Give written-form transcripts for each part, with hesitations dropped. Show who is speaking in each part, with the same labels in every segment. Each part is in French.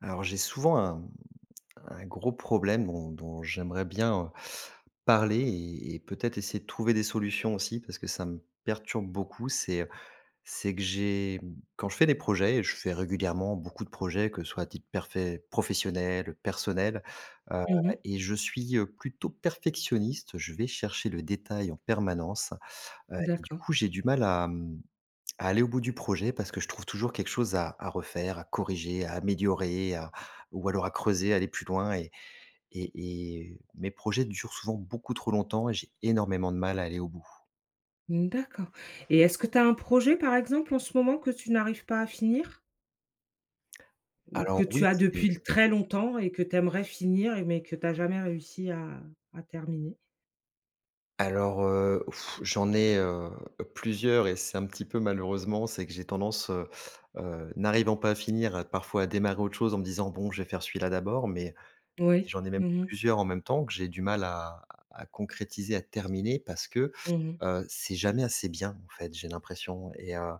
Speaker 1: Alors j'ai souvent un gros problème dont j'aimerais bien parler et peut-être essayer de trouver des solutions aussi parce que ça me perturbe beaucoup. C'est que quand je fais des projets, et je fais régulièrement beaucoup de projets, que ce soit à titre professionnel, personnel, euh,
Speaker 2: Mmh mh.
Speaker 1: et je suis plutôt perfectionniste. Je vais chercher le détail en permanence, et du
Speaker 2: D'accord.
Speaker 1: coup j'ai du mal à à aller au bout du projet parce que je trouve toujours quelque chose à refaire, à corriger, à améliorer, à ou alors à creuser, aller plus loin et et mes projets durent souvent beaucoup trop longtemps et j'ai énormément de mal à aller au bout.
Speaker 2: D'accord et est-ce que tu as un projet, par exemple, en ce moment que tu n'arrives pas à finir? Ou
Speaker 1: Alors
Speaker 2: que
Speaker 1: oui,
Speaker 2: tu as
Speaker 1: c'est
Speaker 2: depuis l très longtemps et que tu aimerais finir mais que tu as jamais réussi à terminer?
Speaker 1: alors, heu, j'en ai, plusieurs et c'est un petit peu malheureusement, c'est que j'ai tendance, n'arrivant pas à finir, parfois à démarrer autre chose en me disant: «Bon, je vais faire celui-là d'abord». Mais
Speaker 2: Oui.
Speaker 1: j'en ai même
Speaker 2: Mmh mh.
Speaker 1: plusieurs en même temps que j'ai du mal à concrétiser, à terminer parce que,
Speaker 2: Mmh mh.
Speaker 1: heu, c'est jamais assez bien en fait, j'ai l'impression. Et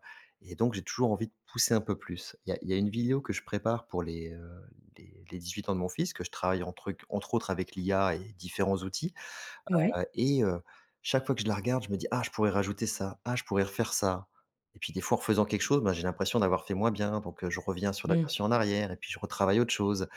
Speaker 1: et donc j'ai toujours envie de pousser un peu plus. Il y a une vidéo que je prépare pour les 18 ans de mon fils que je travaille entre autres avec l'IA et différents outils,
Speaker 2: Oui.
Speaker 1: heu et heu, Chaque fois que je la regarde, je me dis: «Ah, je pourrais rajouter ça, ah, je pourrais refaire ça». Et puis des fois en faisant quelque chose, j'ai l'impression d'avoir fait moins bien, donc je reviens sur la
Speaker 2: Mmh.
Speaker 1: version en arrière et puis je retravaille autre chose.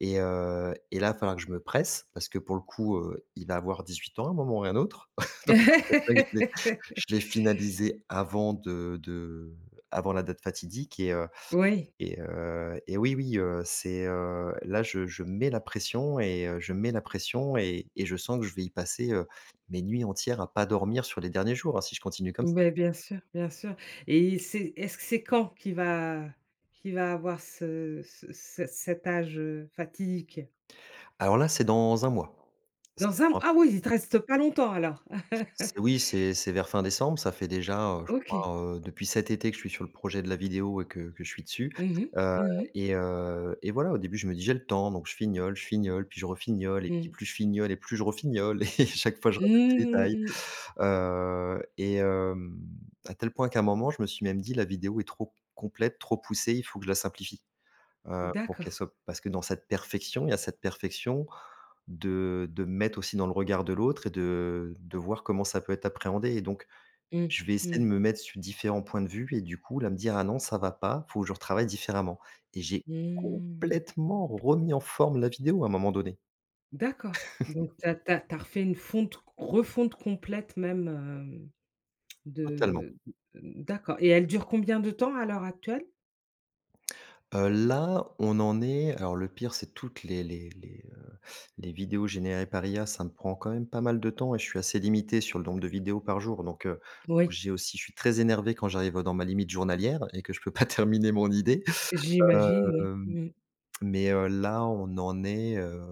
Speaker 1: Et là, il va falloir que je me presse parce que pour le coup, il va avoir 18 ans à un moment ou à un autre. C'est vrai que je l'ai finalisé avant de avant la date fatidique.
Speaker 2: Oui.
Speaker 1: Et et oui, oui, là, je mets la pression, je mets la pression et je sens que je vais y passer mes nuits entières à pas dormir sur les derniers jours, hein, si je continue comme ça.
Speaker 2: Beh, bien sûr et c'est est-ce que c'est quand qu'il va avoir ce ce ce cet âge, fatidique?
Speaker 1: Alors là, c'est dans un mois. C'est
Speaker 2: Dans un m Ah oui, il te reste pas longtemps alors? Ah,
Speaker 1: C'est oui, c'est vers fin décembre. Ça fait déjà, je
Speaker 2: OK.
Speaker 1: crois, depuis cet été que je suis sur le projet de la vidéo et que je suis dessus,
Speaker 2: Mmh mh.
Speaker 1: heu
Speaker 2: Mmh mh.
Speaker 1: et et voilà, au début, je me dis: «J'ai le temps», donc je fignole, puis je refignole et puis
Speaker 2: Mmh.
Speaker 1: plus je fignole et plus je refignole et chaque fois, je rajoute des
Speaker 2: Mmh
Speaker 1: détails,
Speaker 2: mh.
Speaker 1: heu et hem, à tel point qu'à un moment, je me suis même dit: «La vidéo est trop complète, trop poussée, il faut que je la simplifie», pour
Speaker 2: D'accord.
Speaker 1: qu'elle soit parce que dans cette perfection, il y a cette perfection de me mettre aussi dans le regard de l'autre et de voir comment ça peut être appréhendé. Et donc
Speaker 2: Mmh.
Speaker 1: je vais essayer de
Speaker 2: Mmh.
Speaker 1: me mettre sur différents points de vue et du coup, là, me dire: «Ah non, ça va pas, faut que je retravaille différemment». Et j'ai
Speaker 2: Mmh.
Speaker 1: complètement remis en forme la vidéo à un moment donné,
Speaker 2: D'accord. Donc tu as refait une fonte refonte complète même,
Speaker 1: totalement.
Speaker 2: de mmh, d'accord et elle dure combien de temps à l'heure actuelle?
Speaker 1: Là, on en est alors le pire, c'est toutes les vidéos générées par IA, ça me prend quand même pas mal de temps et je suis assez limité sur le nombre de vidéos par jour donc
Speaker 2: Oui.
Speaker 1: j'ai aussi je suis très énervé quand j'arrive dans ma limite journalière et que je peux pas terminer mon idée.
Speaker 2: J'imagine, oui.
Speaker 1: Hem,
Speaker 2: Mmh.
Speaker 1: mais là, on en est, heu,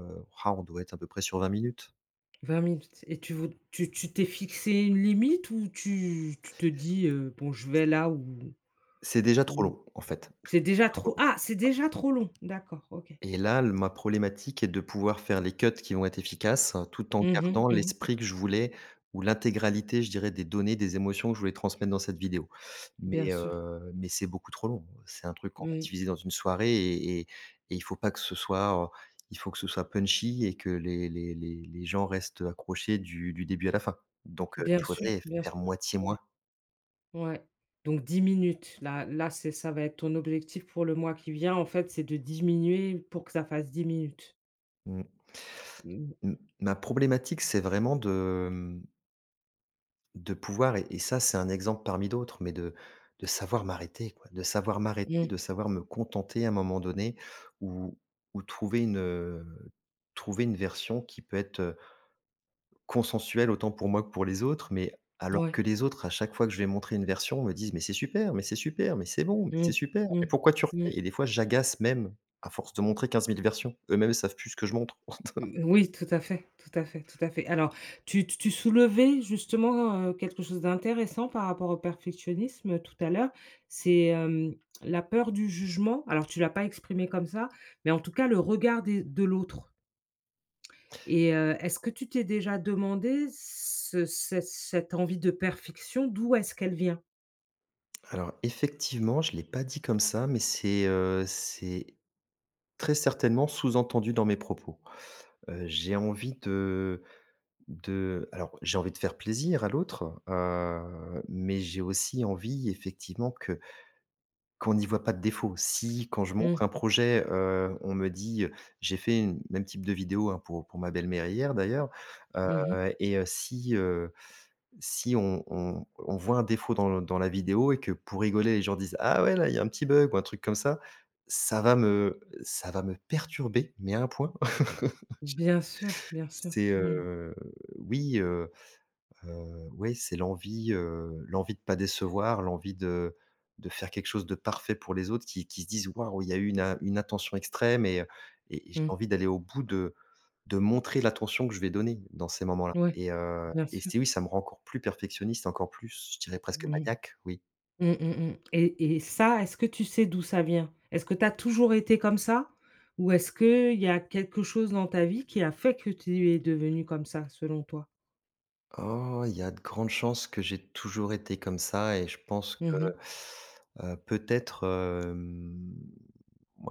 Speaker 1: ah, on doit être à peu près sur 20 minutes.
Speaker 2: 20 minutes. Et tu vou tu tu t'es fixé une limite ou tu te dis: «Bon, je vais là où
Speaker 1: C'est déjà trop
Speaker 2: où
Speaker 1: long, en fait.
Speaker 2: c'est déjà trop» ah, c'est déjà trop long? D'accord, OK.
Speaker 1: Et là, le ma problématique est de pouvoir faire les cuts qui vont être efficaces, hein, tout en
Speaker 2: Mmh mh.
Speaker 1: gardant
Speaker 2: Mmh. Mh.
Speaker 1: l'esprit que je voulais ou l'intégralité, je dirais, des données, des émotions que je voulais transmettre dans cette vidéo.
Speaker 2: Bien
Speaker 1: Mais,
Speaker 2: sûr.
Speaker 1: heu, mais c'est beaucoup trop long. C'est un truc qu'on va
Speaker 2: Mmh.
Speaker 1: diviser dans une soirée et il faut pas que ce soit, il faut que ce soit punchy et que les gens restent accrochés du début à la fin. Donc il
Speaker 2: Bien sûr,
Speaker 1: faudrait
Speaker 2: bien
Speaker 1: faire
Speaker 2: sûr.
Speaker 1: moitié
Speaker 2: Ouais.
Speaker 1: moins.
Speaker 2: Ouais, donc 10 minutes. Là là, c'est ça va être ton objectif pour le mois qui vient, en fait, c'est de diminuer pour que ça fasse 10 minutes?
Speaker 1: Mmh.
Speaker 2: Mmh.
Speaker 1: M Ma problématique, c'est vraiment de de pouvoir ça, c'est un exemple parmi d'autres, mais de savoir m'arrêter, quoi. De savoir m'arrêter,
Speaker 2: Mmh,
Speaker 1: de savoir me contenter à un moment donné ou ou trouver une, heu, trouver une version qui peut être consensuelle autant pour moi que pour les autres. Mais alors
Speaker 2: ouais,
Speaker 1: que les autres, à chaque fois que je vais montrer une version, me disent: «Mais c'est super, mais c'est super, mais c'est bon, mais c'est
Speaker 2: mmh,
Speaker 1: super, mais
Speaker 2: mmh,
Speaker 1: pourquoi tu
Speaker 2: mmh,
Speaker 1: refais?» et des fois, j'agace même à force de montrer 15 000 versions. Eux-mêmes savent plus ce que je montre.
Speaker 2: mmh, oui, tout à fait, tout à fait, tout à fait. Alors, tu soulevais justement, quelque chose d'intéressant par rapport au perfectionnisme, tout à l'heure. C'est la peur du jugement. Alors, tu l'as pas exprimé comme ça, mais en tout cas, le regard des de l'autre. Et est-ce que tu t'es déjà demandé ce ce cette envie de perfection, d'où est-ce qu'elle vient?
Speaker 1: Alors effectivement, je ne l'ai pas dit comme ça, mais c'est très certainement sous-entendu dans mes propos. J'ai envie de j'ai envie de faire plaisir à l'autre, mais j'ai aussi envie effectivement que qu'on n'y voit pas de défaut. Si quand je
Speaker 2: Mmh.
Speaker 1: montre un projet, on me dit, j'ai fait une même type de vidéo, hein, pour ma belle-mère hier d'ailleurs, heu
Speaker 2: Mmh.
Speaker 1: et heu, si, heu, si on voit un défaut dans la vidéo et que pour rigoler, les gens disent: «Ah ouais, là, il y a un petit bug» ou un truc comme ça, ça va me perturber, mais à un point.
Speaker 2: Bien sûr, bien sûr.
Speaker 1: C'est,
Speaker 2: Mmh.
Speaker 1: heu, oui, heu ouais, c'est l'envie de pas décevoir, l'envie de faire quelque chose de parfait pour les autres qui se disent: «Waouh, il y a eu une attention extrême et j'ai
Speaker 2: Mmh.
Speaker 1: envie d'aller au bout de montrer l'attention que je vais donner dans ces moments-là».
Speaker 2: Ouais,
Speaker 1: Et
Speaker 2: bien
Speaker 1: et
Speaker 2: sûr.
Speaker 1: c'est oui, ça me rend encore plus perfectionniste, encore plus, je dirais presque
Speaker 2: Mmh.
Speaker 1: maniaque, oui.
Speaker 2: Mmh, mmh mh. Et ça, est-ce que tu sais d'où ça vient? Est-ce que tu as toujours été comme ça? Ou est-ce qu'il y a quelque chose dans ta vie qui a fait que tu es devenue comme ça, selon toi?
Speaker 1: Oh, il y a de grandes chances que j'ai toujours été comme ça et je pense que,
Speaker 2: Mmh mh.
Speaker 1: peut-être, hem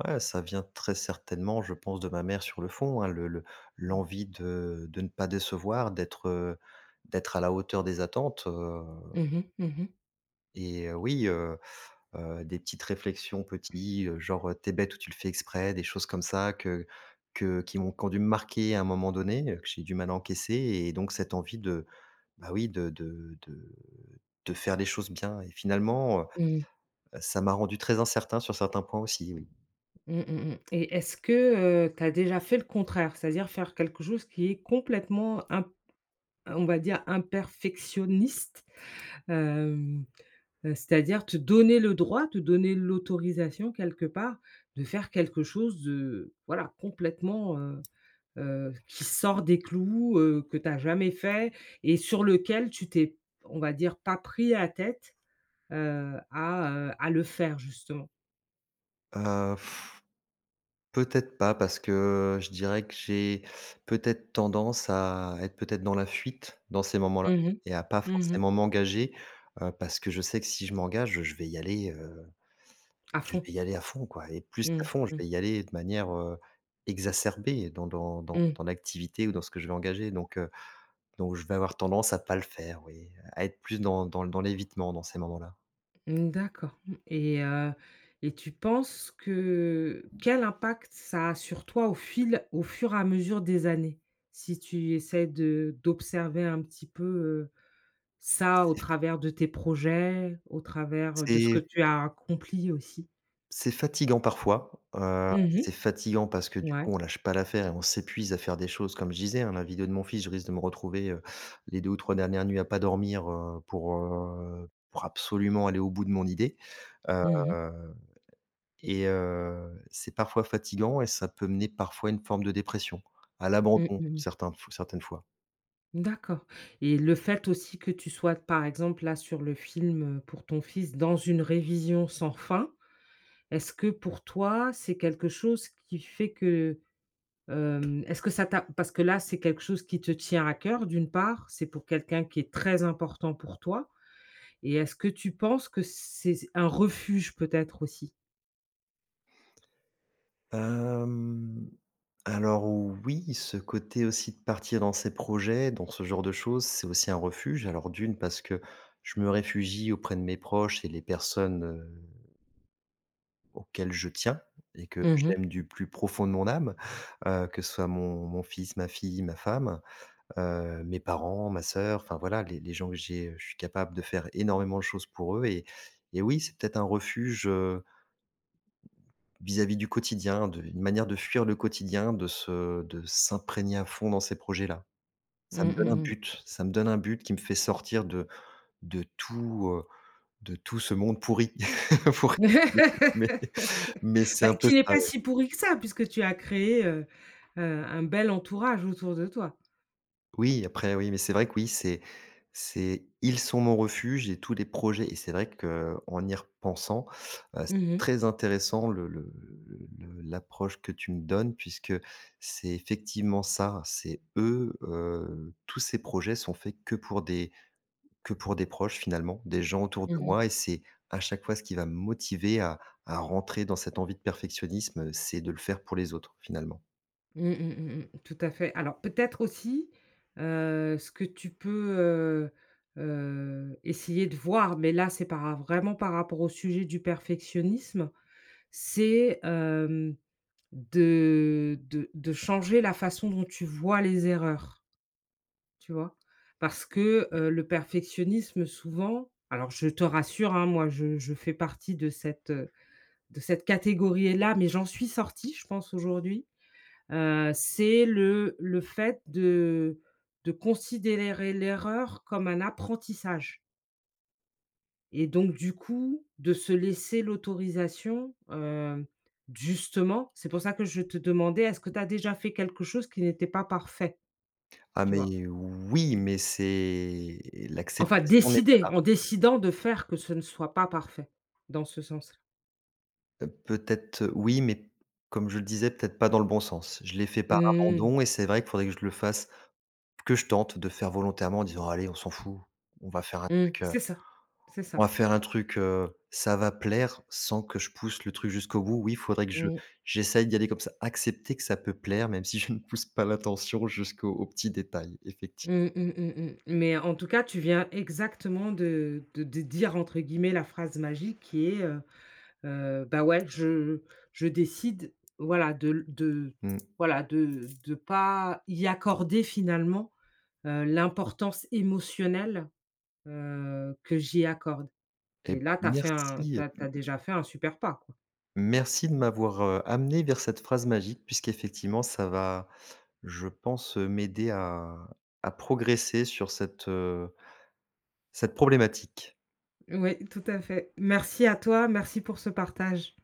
Speaker 1: ouais, ça vient très certainement, je pense, de ma mère sur le fond, hein, le
Speaker 2: Mmh.
Speaker 1: l'envie de ne pas décevoir, d'être à la hauteur des attentes.
Speaker 2: Mmh mh. Mmh.
Speaker 1: et heu, oui, heu des petites réflexions petits, genre: «Tu bête ou tu le fais exprès», des choses comme ça que qui m'ont qui ont dû me marquer à un moment donné, que j'ai eu du mal à encaisser. Et donc cette envie de, oui, de faire les choses bien et finalement,
Speaker 2: Mmh.
Speaker 1: ça m'a rendu très incertain sur certains points aussi, oui.
Speaker 2: Mmh mh mh. Et est-ce que, tu as déjà fait le contraire? C'est-à-dire faire quelque chose qui est complètement imp on va dire imperfectionniste? Hem, c'est-à-dire te donner le droit, te donner l'autorisation quelque part de faire quelque chose de voilà complètement, qui sort des clous, que tu as jamais fait et sur lequel tu t'es, on va dire, pas pris la tête, à le faire justement?
Speaker 1: Heu Peut-être pas parce que je dirais que j'ai peut-être tendance à être peut-être dans la fuite dans ces moments-là
Speaker 2: Mmh mh.
Speaker 1: et à pas
Speaker 2: Mmh.
Speaker 1: forcément m'engager, parce que je sais que si je m'engage, je vais y aller,
Speaker 2: À
Speaker 1: je
Speaker 2: fond.
Speaker 1: vais y aller à fond, quoi et plus qu'à
Speaker 2: Mmh.
Speaker 1: fond, je
Speaker 2: Mmh.
Speaker 1: vais y aller de manière, exacerbée dans dans dans
Speaker 2: Mmh.
Speaker 1: dans l'activité ou dans ce que je vais engager donc je vais avoir tendance à pas le faire, oui, à être plus dans l'évitement dans ces moments-là.
Speaker 2: Mmh, d'accord, mmh. Et tu penses que quel impact ça a sur toi au fur et à mesure des années? Si tu essaies de d'observer un petit peu, ça au travers de tes projets, au travers, de ce
Speaker 1: C'est
Speaker 2: que tu as accompli aussi?
Speaker 1: C'est fatigant parfois,
Speaker 2: Mmh mh.
Speaker 1: c'est fatigant parce que du
Speaker 2: Ouais.
Speaker 1: coup on lâche pas l'affaire et on s'épuise à faire des choses comme je disais, hein, la vidéo de mon fils, je risque de me retrouver les 2 ou 3 dernières nuits à pas dormir, pour absolument aller au bout de mon idée, heu
Speaker 2: Mmh mh.
Speaker 1: et c'est parfois fatigant et ça peut mener parfois à une forme de dépression, à
Speaker 2: Mmh
Speaker 1: l'abandon
Speaker 2: mh.
Speaker 1: certains certaines fois.
Speaker 2: D'accord et le fait aussi que tu sois, par exemple, là, sur le film, pour ton fils, dans une révision sans fin. Est-ce que pour toi, c'est quelque chose qui fait que, est-ce que ça t'a parce que là, c'est quelque chose qui te tient à cœur d'une part, c'est pour quelqu'un qui est très important pour toi et est-ce que tu penses que c'est un refuge peut-être aussi?
Speaker 1: Hem, alors oui, ce côté aussi de partir dans ces projets, dans ce genre de choses, c'est aussi un refuge. Alors d'une, parce que je me réfugie auprès de mes proches et les personnes, auxquelles je tiens et que
Speaker 2: Mmh mh.
Speaker 1: j'aime du plus profond de mon âme, que ce soit mon mon fils, ma fille, ma femme, mes parents, ma sœur, enfin voilà, les gens que j'ai, je suis capable de faire énormément de choses pour eux et oui, c'est peut-être un refuge, vis-à-vis du quotidien, de une manière de fuir le quotidien, de s'imprégner à fond dans ces projets-là. Ça
Speaker 2: Mmh,
Speaker 1: me donne un
Speaker 2: mmh.
Speaker 1: but, ça me donne un but qui me fait sortir de de tout ce monde pourri, pourri, mais mais c'est
Speaker 2: Bah,
Speaker 1: un peu
Speaker 2: qui n'est
Speaker 1: ça.
Speaker 2: pas si pourri que ça puisque tu as créé, un bel entourage autour de toi.
Speaker 1: Oui, après oui, mais c'est vrai que oui, c'est ils sont mon refuge et tous les projets et c'est vrai que en y repensant, c'est
Speaker 2: Mmh.
Speaker 1: très intéressant le l'approche que tu me donnes puisque c'est effectivement ça, c'est eux, tous ces projets sont faits que pour des proches finalement, des gens autour de
Speaker 2: Mmh.
Speaker 1: moi et c'est à chaque fois ce qui va me motiver à rentrer dans cette envie de perfectionnisme, c'est de le faire pour les autres finalement.
Speaker 2: Mmh mh, mmh mh. Tout à fait. Alors peut-être aussi, ce que tu peux, essayer de voir, mais là, c'est par vraiment par rapport au sujet du perfectionnisme, c'est de changer la façon dont tu vois les erreurs, tu vois? Parce que, le perfectionnisme souvent alors je te rassure, hein, moi je fais partie de cette catégorie là, mais j'en suis sortie, je pense aujourd'hui. C'est le fait de considérer l'erreur comme un apprentissage et donc du coup, de se laisser l'autorisation, justement c'est pour ça que je te demandais, est-ce que tu as déjà fait quelque chose qui n'était pas parfait?
Speaker 1: Ah
Speaker 2: Tu vois?
Speaker 1: mais oui, mais c'est
Speaker 2: Enfin
Speaker 1: l'acceptation n'est pas
Speaker 2: décider
Speaker 1: là.
Speaker 2: en décidant de faire que ce ne soit pas parfait, dans ce sens-là.
Speaker 1: Peut-être oui, mais comme je le disais, peut-être pas dans le bon sens. Je l'ai fait par
Speaker 2: Mmh.
Speaker 1: abandon et c'est vrai qu'il faudrait que je le fasse que je tente de faire volontairement en disant: «Oh, «Allez, on s'en fout, on va faire un
Speaker 2: Mmh.
Speaker 1: truc,
Speaker 2: C'est ça, c'est
Speaker 1: on
Speaker 2: ça.
Speaker 1: va faire un truc, ça va plaire», sans que je pousse le truc jusqu'au bout. Oui, il faudrait que je
Speaker 2: Mmh.
Speaker 1: j'essaye d'y aller comme ça, accepter que ça peut plaire, même si je ne pousse pas l'attention jusqu'au au petit détail, effectivement.
Speaker 2: Mmh mh, mmh mh. Mais en tout cas, tu viens exactement de dire entre guillemets «la phrase magique» qui est, bah, ouais, je décide, voilà, de de
Speaker 1: Mmh.
Speaker 2: voilà, de de pas y accorder finalement, l'importance émotionnelle, que j'y accorde.
Speaker 1: Et
Speaker 2: Et
Speaker 1: bah
Speaker 2: là, tu as fait un
Speaker 1: merci.
Speaker 2: t'as t'as déjà fait un super pas, quoi.
Speaker 1: Merci de m'avoir amené vers cette phrase magique puisqu'effectivement ça va je pense, m'aider à progresser sur cette, cette problématique.
Speaker 2: Ouais, tout à fait. Merci à toi, merci pour ce partage.